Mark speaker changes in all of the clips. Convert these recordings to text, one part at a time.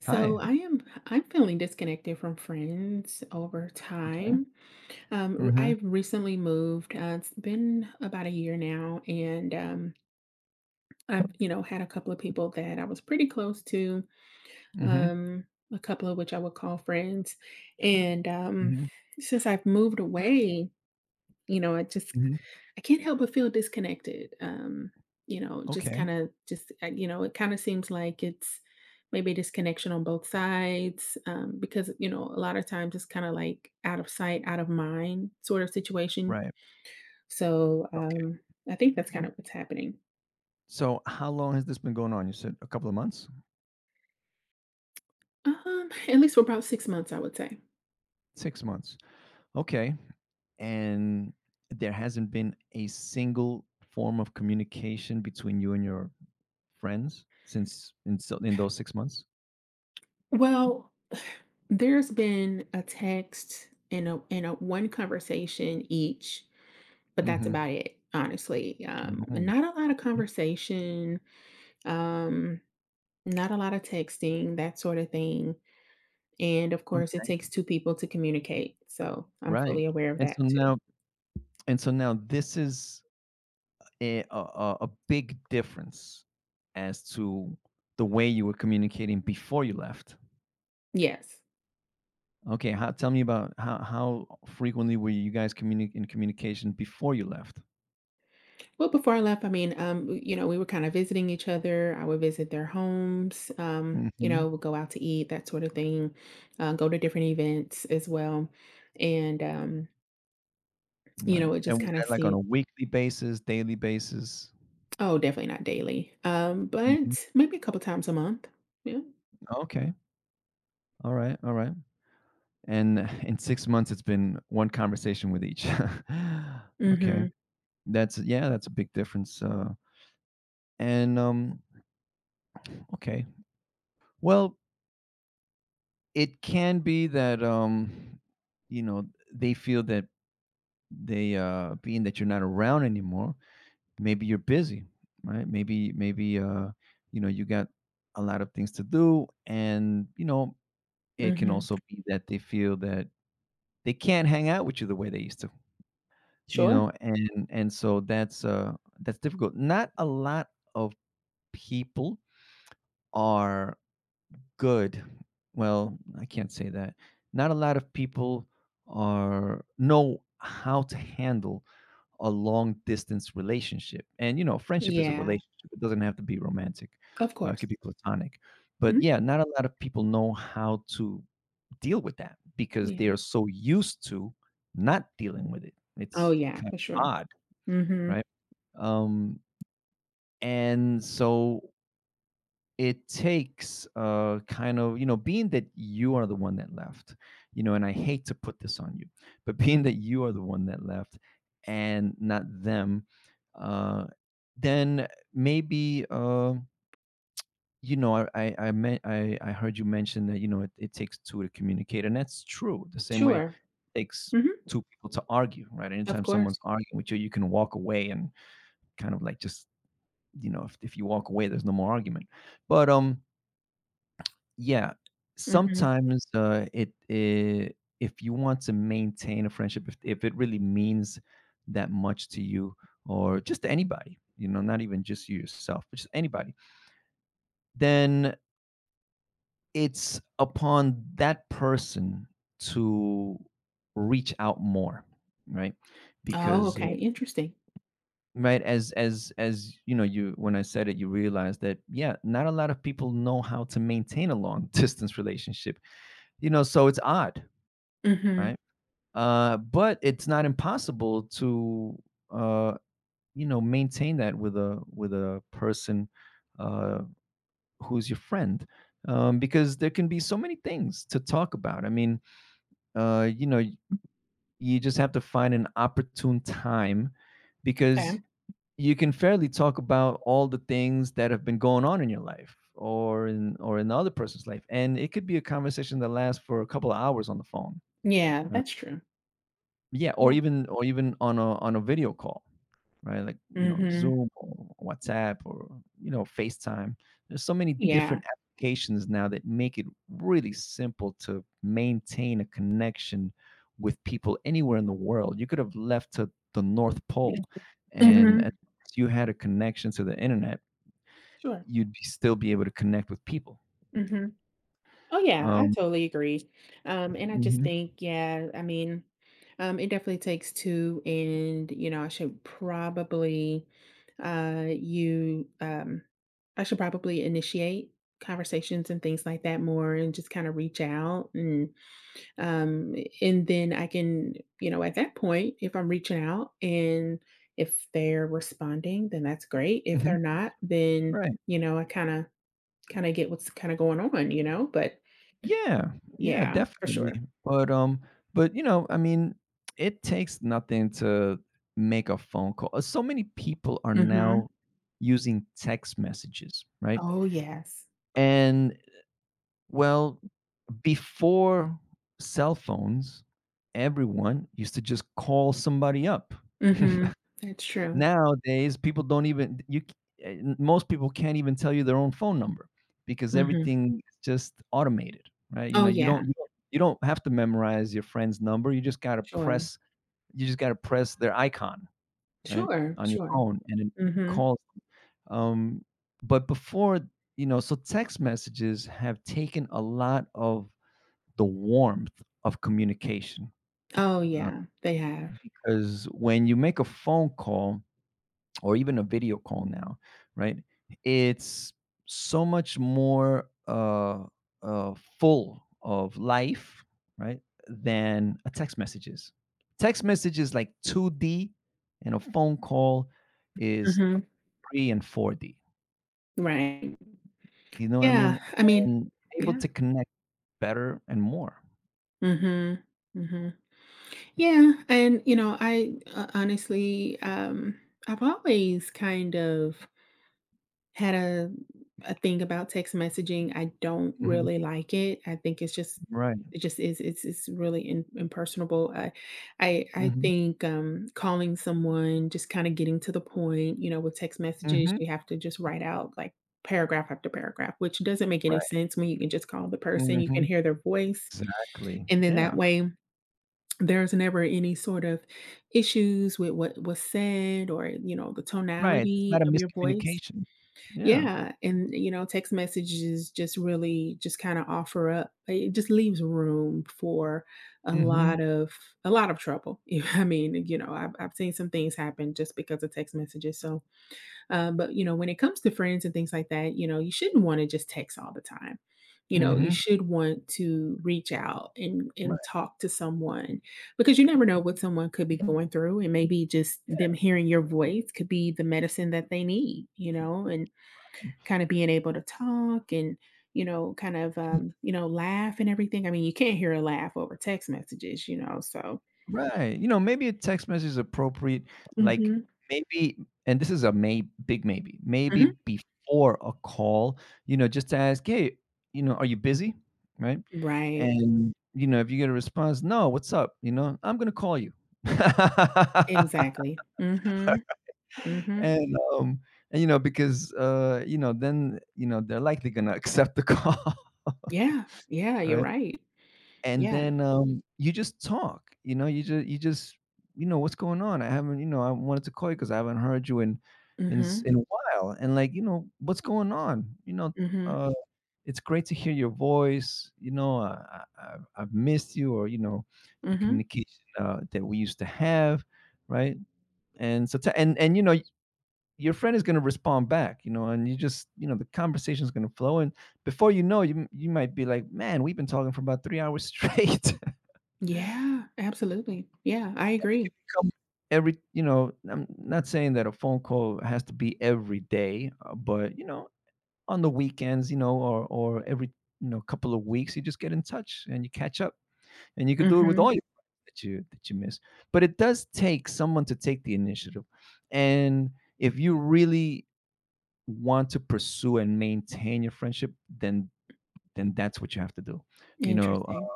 Speaker 1: So
Speaker 2: Hi.
Speaker 1: I am I'm feeling disconnected from friends over
Speaker 2: Okay.
Speaker 1: time.
Speaker 2: Mhm.
Speaker 1: I've recently moved. It's been about a year now, and I've had a couple of people that I was pretty close to,
Speaker 2: Mhm.
Speaker 1: um, a couple of which I would call friends, and
Speaker 2: Mhm.
Speaker 1: since I've moved away. You know, I just
Speaker 2: Mhm.
Speaker 1: I can't help but feel disconnected. Just
Speaker 2: Okay.
Speaker 1: kind of just it kind of seems like it's maybe a disconnection on both sides because a lot of times it's kind of like out of sight, out of mind sort of situation.
Speaker 2: Right.
Speaker 1: So I think that's kind of what's happening.
Speaker 2: So how long has this been going on? You said a couple of months?
Speaker 1: At least for about 6 months, I would say.
Speaker 2: 6 months. Okay. And there hasn't been a single form of communication between you and your friends since in so in those 6 months?
Speaker 1: Well, there's been a text and a one conversation each. But that's
Speaker 2: Mhm.
Speaker 1: about it, honestly. Um,
Speaker 2: Oh,
Speaker 1: not a lot of
Speaker 2: okay.
Speaker 1: conversation, um, not a lot of texting, that sort of thing. And of
Speaker 2: Oh,
Speaker 1: course, it takes two people to communicate. So I'm
Speaker 2: right.
Speaker 1: fully aware of
Speaker 2: And
Speaker 1: that
Speaker 2: so
Speaker 1: too.
Speaker 2: now and so now, this is a big difference as to the way you were communicating before you left.
Speaker 1: Yes.
Speaker 2: Okay, how, tell me about how frequently were you guys in communication before you left?
Speaker 1: Well, before I left, I mean, we were kind of visiting each other. I would visit their homes,
Speaker 2: Hmm.
Speaker 1: we'll go out to eat, that sort of thing, go to different events as well. And, um,
Speaker 2: Right.
Speaker 1: it just
Speaker 2: And was
Speaker 1: kind of
Speaker 2: that like on
Speaker 1: seemed
Speaker 2: a weekly basis, daily basis?
Speaker 1: Oh, definitely not daily. Um,
Speaker 2: Hmm.
Speaker 1: but maybe a couple times a month. Yeah.
Speaker 2: Okay. All right. All right. And in 6 months, it's been one conversation with each. Okay.
Speaker 1: Mhm.
Speaker 2: Yeah, that's a big difference. And, okay. Well, it can be that, you know, they feel that they, being that you're not around anymore, maybe you're busy, right? Maybe you know you got a lot of things to do, and you know it can
Speaker 1: Mhm.
Speaker 2: also be that they feel that they can't hang out with you the way they used to, you
Speaker 1: Sure.
Speaker 2: know, and so that's difficult. Not a lot of people are good. Well, I can't say that. Not a lot of people are know how to handle a long distance relationship. And, you know, friendship is a
Speaker 1: Yeah.
Speaker 2: relationship. It doesn't have to be romantic.
Speaker 1: Of
Speaker 2: It
Speaker 1: course.
Speaker 2: could be platonic. But
Speaker 1: Mhm.
Speaker 2: yeah, not a lot of people know how to deal with that because they
Speaker 1: Yeah.
Speaker 2: are so used to not dealing with it.
Speaker 1: Oh,
Speaker 2: It's
Speaker 1: yeah,
Speaker 2: kind of
Speaker 1: for sure.
Speaker 2: odd,
Speaker 1: Mhm.
Speaker 2: right? Um, and so it takes kind of you know being that you are the one that left, you know, and I hate to put this on you, but being that you are the one that left and not them, uh then maybe you know I heard you mention that you know it takes two to communicate, and that's true. The same way it
Speaker 1: Sure.
Speaker 2: takes
Speaker 1: Mhm.
Speaker 2: two people to argue, right?
Speaker 1: Of
Speaker 2: Anytime
Speaker 1: course.
Speaker 2: someone's arguing with you, you can walk away and kind of like just you know if you walk away there's no more argument. But yeah,
Speaker 1: Mhm.
Speaker 2: sometimes, it I if you want to maintain a friendship, if it really means that much to you, or just to anybody, you know, not even just you yourself, but just anybody, then it's upon that person to reach out more, right?
Speaker 1: Oh,
Speaker 2: Because,
Speaker 1: okay. Interesting.
Speaker 2: right, as, you know, you when I said it, you realize that, yeah, not a lot of people know how to maintain a long distance relationship, you know, so it's odd,
Speaker 1: Mhm.
Speaker 2: right? But it's not impossible to uh, you know maintain that with a person, uh, who's your friend, because there can be so many things to talk about. I mean, you know, you just have to find an opportune time
Speaker 1: Okay.
Speaker 2: because you can fairly talk about all the things that have been going on in your life or in the other person's life, and it could be a conversation that lasts for a couple of hours on the phone.
Speaker 1: Yeah, that's true.
Speaker 2: Yeah,
Speaker 1: Yeah.
Speaker 2: or even on a video call, right? Like, you know,
Speaker 1: Mhm.
Speaker 2: Zoom or WhatsApp or, you know, FaceTime. There's so many
Speaker 1: Yeah.
Speaker 2: different applications now that make it really simple to maintain a connection with people anywhere in the world. You could have left to the North Pole, and as
Speaker 1: Mhm.
Speaker 2: long as you had a connection to the internet,
Speaker 1: Sure.
Speaker 2: you'd be still be able to connect with people.
Speaker 1: Mhm. Oh, yeah, I
Speaker 2: Um
Speaker 1: totally agree. And I just
Speaker 2: mhm,
Speaker 1: think, yeah, I mean, it definitely takes two, and I should probably, uh, you, um, I should probably initiate conversations and things like that more, and just kind of reach out, and um, and then I can, at that point, if I'm reaching out and if they're responding, then that's great. If
Speaker 2: mhm,
Speaker 1: they're not, then
Speaker 2: right.
Speaker 1: I kind of get what's kind of going on, but
Speaker 2: Yeah, yeah,
Speaker 1: yeah, for
Speaker 2: definitely.
Speaker 1: sure.
Speaker 2: But, you know, I mean, it takes nothing to make a phone call. So many people are
Speaker 1: Mhm.
Speaker 2: now using text messages, right?
Speaker 1: Oh, yes.
Speaker 2: And well, before cell phones, everyone used to just call somebody up.
Speaker 1: Mhm. That's true.
Speaker 2: Nowadays, people don't even eh, most people can't even tell you their own phone number because
Speaker 1: Mhm.
Speaker 2: everything is just automated, right? You
Speaker 1: Oh,
Speaker 2: know,
Speaker 1: yeah.
Speaker 2: you don't have to memorize your friend's number.
Speaker 1: Sure.
Speaker 2: You just gotta press their icon, right,
Speaker 1: Sure,
Speaker 2: on your
Speaker 1: sure.
Speaker 2: phone and it
Speaker 1: Mhm.
Speaker 2: calls. Um, but before, you know, so text messages have taken a lot of the warmth of communication,
Speaker 1: Oh,
Speaker 2: uh,
Speaker 1: yeah. They have.
Speaker 2: because when you make a phone call, or even a video call now, right? It's so much more full of life, right, than a text messages. Text messages like 2D, and a phone call is
Speaker 1: Mhm.
Speaker 2: 3 and 4D.
Speaker 1: Right.
Speaker 2: You know what I
Speaker 1: Yeah.
Speaker 2: mean?
Speaker 1: I mean,
Speaker 2: And able
Speaker 1: yeah.
Speaker 2: to connect better and more.
Speaker 1: Mhm. Mhm. Yeah, and, I ho honestly, I've always kind of had a thing about text messaging. I don't
Speaker 2: Mhm.
Speaker 1: really like it. I think it's just
Speaker 2: Right.
Speaker 1: it just is it's really impersonable. I
Speaker 2: Mhm.
Speaker 1: think calling someone, just kind of getting to the point, with text messages,
Speaker 2: Mhm.
Speaker 1: you have to just write out like paragraph after paragraph, which doesn't make any
Speaker 2: Right.
Speaker 1: sense when you can just call the person, you can
Speaker 2: Mhm.
Speaker 1: hear their voice,
Speaker 2: Exactly.
Speaker 1: and then that
Speaker 2: Yeah.
Speaker 1: way there's never any sort of issues with what was said, or the
Speaker 2: Right. It's
Speaker 1: tonality
Speaker 2: not a
Speaker 1: of your voice.
Speaker 2: miscommunication. Yeah.
Speaker 1: Yeah, and, text messages just really just kinda offer up it just leaves room for a
Speaker 2: Mhm.
Speaker 1: lot of a lot of trouble. I mean, I've seen some things happen just because of text messages. So, but, when it comes to friends and things like that, you shouldn't wanna just text all the time. You
Speaker 2: Mhm.
Speaker 1: should want to reach out and
Speaker 2: Right.
Speaker 1: talk to someone because you never know what someone could be going through, and maybe just them hearing your voice could be the medicine that they need, and kinda being able to talk and, kind of, laugh and everything. I mean, you can't hear a laugh over text messages, so.
Speaker 2: Right. You know, maybe a text message is appropriate, like
Speaker 1: Mhm,
Speaker 2: maybe, and this is a may big maybe. Maybe
Speaker 1: mhm.
Speaker 2: before a call, you know, just to ask, "Hey, you know, are you busy?" Right?
Speaker 1: Right.
Speaker 2: And, you know, if you get a response, "No, what's up?" You know, "I'm gonna call you."
Speaker 1: Exactly. Mhm, mhm.
Speaker 2: And, you know, because, you know, then, you know, they're likely gonna accept the call,
Speaker 1: Yeah, yeah, you're
Speaker 2: right?
Speaker 1: right.
Speaker 2: And
Speaker 1: Yeah.
Speaker 2: then, you just talk, you know, you know, "What's going on? I haven't" you know, "I wanted to call you because I haven't heard you in s
Speaker 1: Mhm,
Speaker 2: in a while." And, like, you know, "What's going on?" You know,
Speaker 1: mhm,
Speaker 2: uh, "It's great to hear your voice," you know, "I've missed you," or, you know, "the
Speaker 1: mhm.
Speaker 2: communication, that we used to have," right? And so t and, you know, your friend is gonna respond back, you know, and you just you know, the conversation is gonna flow, and before you know, you might be like, "Man, we've been talking for about 3 hours straight."
Speaker 1: Yeah, absolutely. Yeah, I
Speaker 2: They
Speaker 1: agree.
Speaker 2: can become every you know, I'm not saying that a phone call has to be every day, but, you know, on the weekends, you know, or every, you know, couple of weeks, you just get in touch and you catch up, and you could do it with
Speaker 1: Mhm.
Speaker 2: all your friends that you miss. But it does take someone to take the initiative, and if you really want to pursue and maintain your friendship, then that's what you have to do. You know,
Speaker 1: Interesting.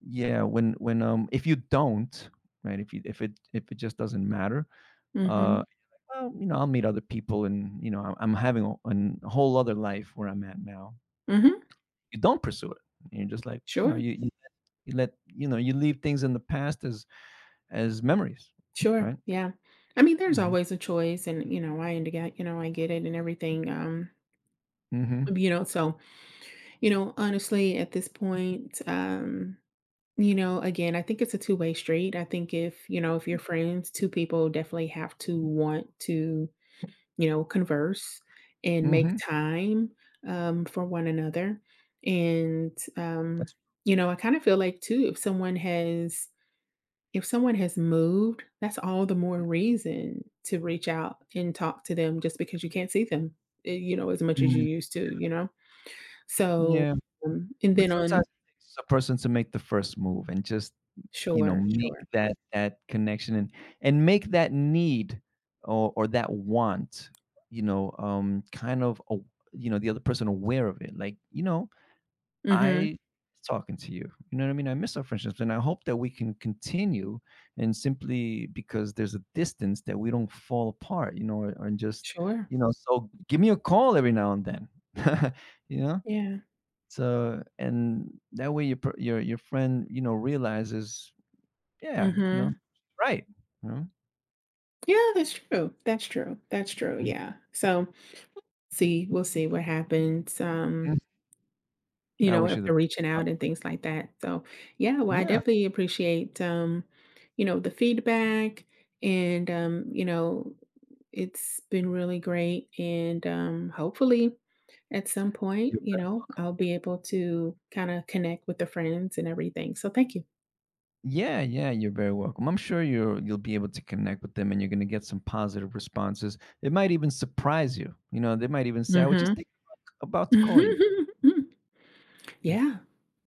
Speaker 2: yeah, if you don't, right, if it just doesn't matter, uh,
Speaker 1: Mhm,
Speaker 2: well, you know, I'll meet other people, and you know, I'm having a, a whole other life where I'm at now.
Speaker 1: mhm.
Speaker 2: You don't pursue it. You're just like, you know,
Speaker 1: Sure,
Speaker 2: you know, you leave things in the past as memories,
Speaker 1: sure,
Speaker 2: right?
Speaker 1: yeah. I mean, there's
Speaker 2: Mhm.
Speaker 1: always a choice and, I get it and everything,
Speaker 2: Mhm.
Speaker 1: so. Honestly, at this point, again, I think it's a two-way street. I think if you're friends, two people definitely have to want to, converse and make
Speaker 2: Mhm.
Speaker 1: time for one another. And
Speaker 2: That's.
Speaker 1: I kind of feel like too, if someone has moved, that's all the more reason to reach out and talk to them just because you can't see them, as much as you
Speaker 2: Mhm.
Speaker 1: used to. So
Speaker 2: Yeah.
Speaker 1: and
Speaker 2: But
Speaker 1: then
Speaker 2: sometimes
Speaker 1: on
Speaker 2: it takes a person to make the first move and just you know
Speaker 1: Sure,
Speaker 2: make
Speaker 1: sure.
Speaker 2: that connection and make that need or that want, you know, kind of a, you know the other person aware of it. Like you know,
Speaker 1: Mhm.
Speaker 2: I miss talking to you. You know what I mean? I miss our friendships. And I hope that we can continue, and simply because there's a distance that we don't fall apart, you know, or just,
Speaker 1: Sure.
Speaker 2: you know, so give me a call every now and then, you know?
Speaker 1: Yeah.
Speaker 2: So, and that way your, your friend, you know, realizes, yeah, you know,
Speaker 1: Mhm.
Speaker 2: right. You know?
Speaker 1: Yeah, that's true. That's true. That's true, yeah. So, see we'll see what happens,
Speaker 2: Mhm. I wish you the,
Speaker 1: after reaching
Speaker 2: uh,
Speaker 1: out and things like that. So, yeah, well, I
Speaker 2: yeah.
Speaker 1: definitely appreciate, the feedback and, it's been really great and, hopefully, at some point, I'll be able to kinda connect with the friends and everything. So, thank you.
Speaker 2: Yeah, yeah, you're very welcome. I'm sure you'll be able to connect with them and you're going to get some positive responses. It might even surprise you. You know, they might even say, "I was just
Speaker 1: Mhm.
Speaker 2: think about to call you."
Speaker 1: Yeah,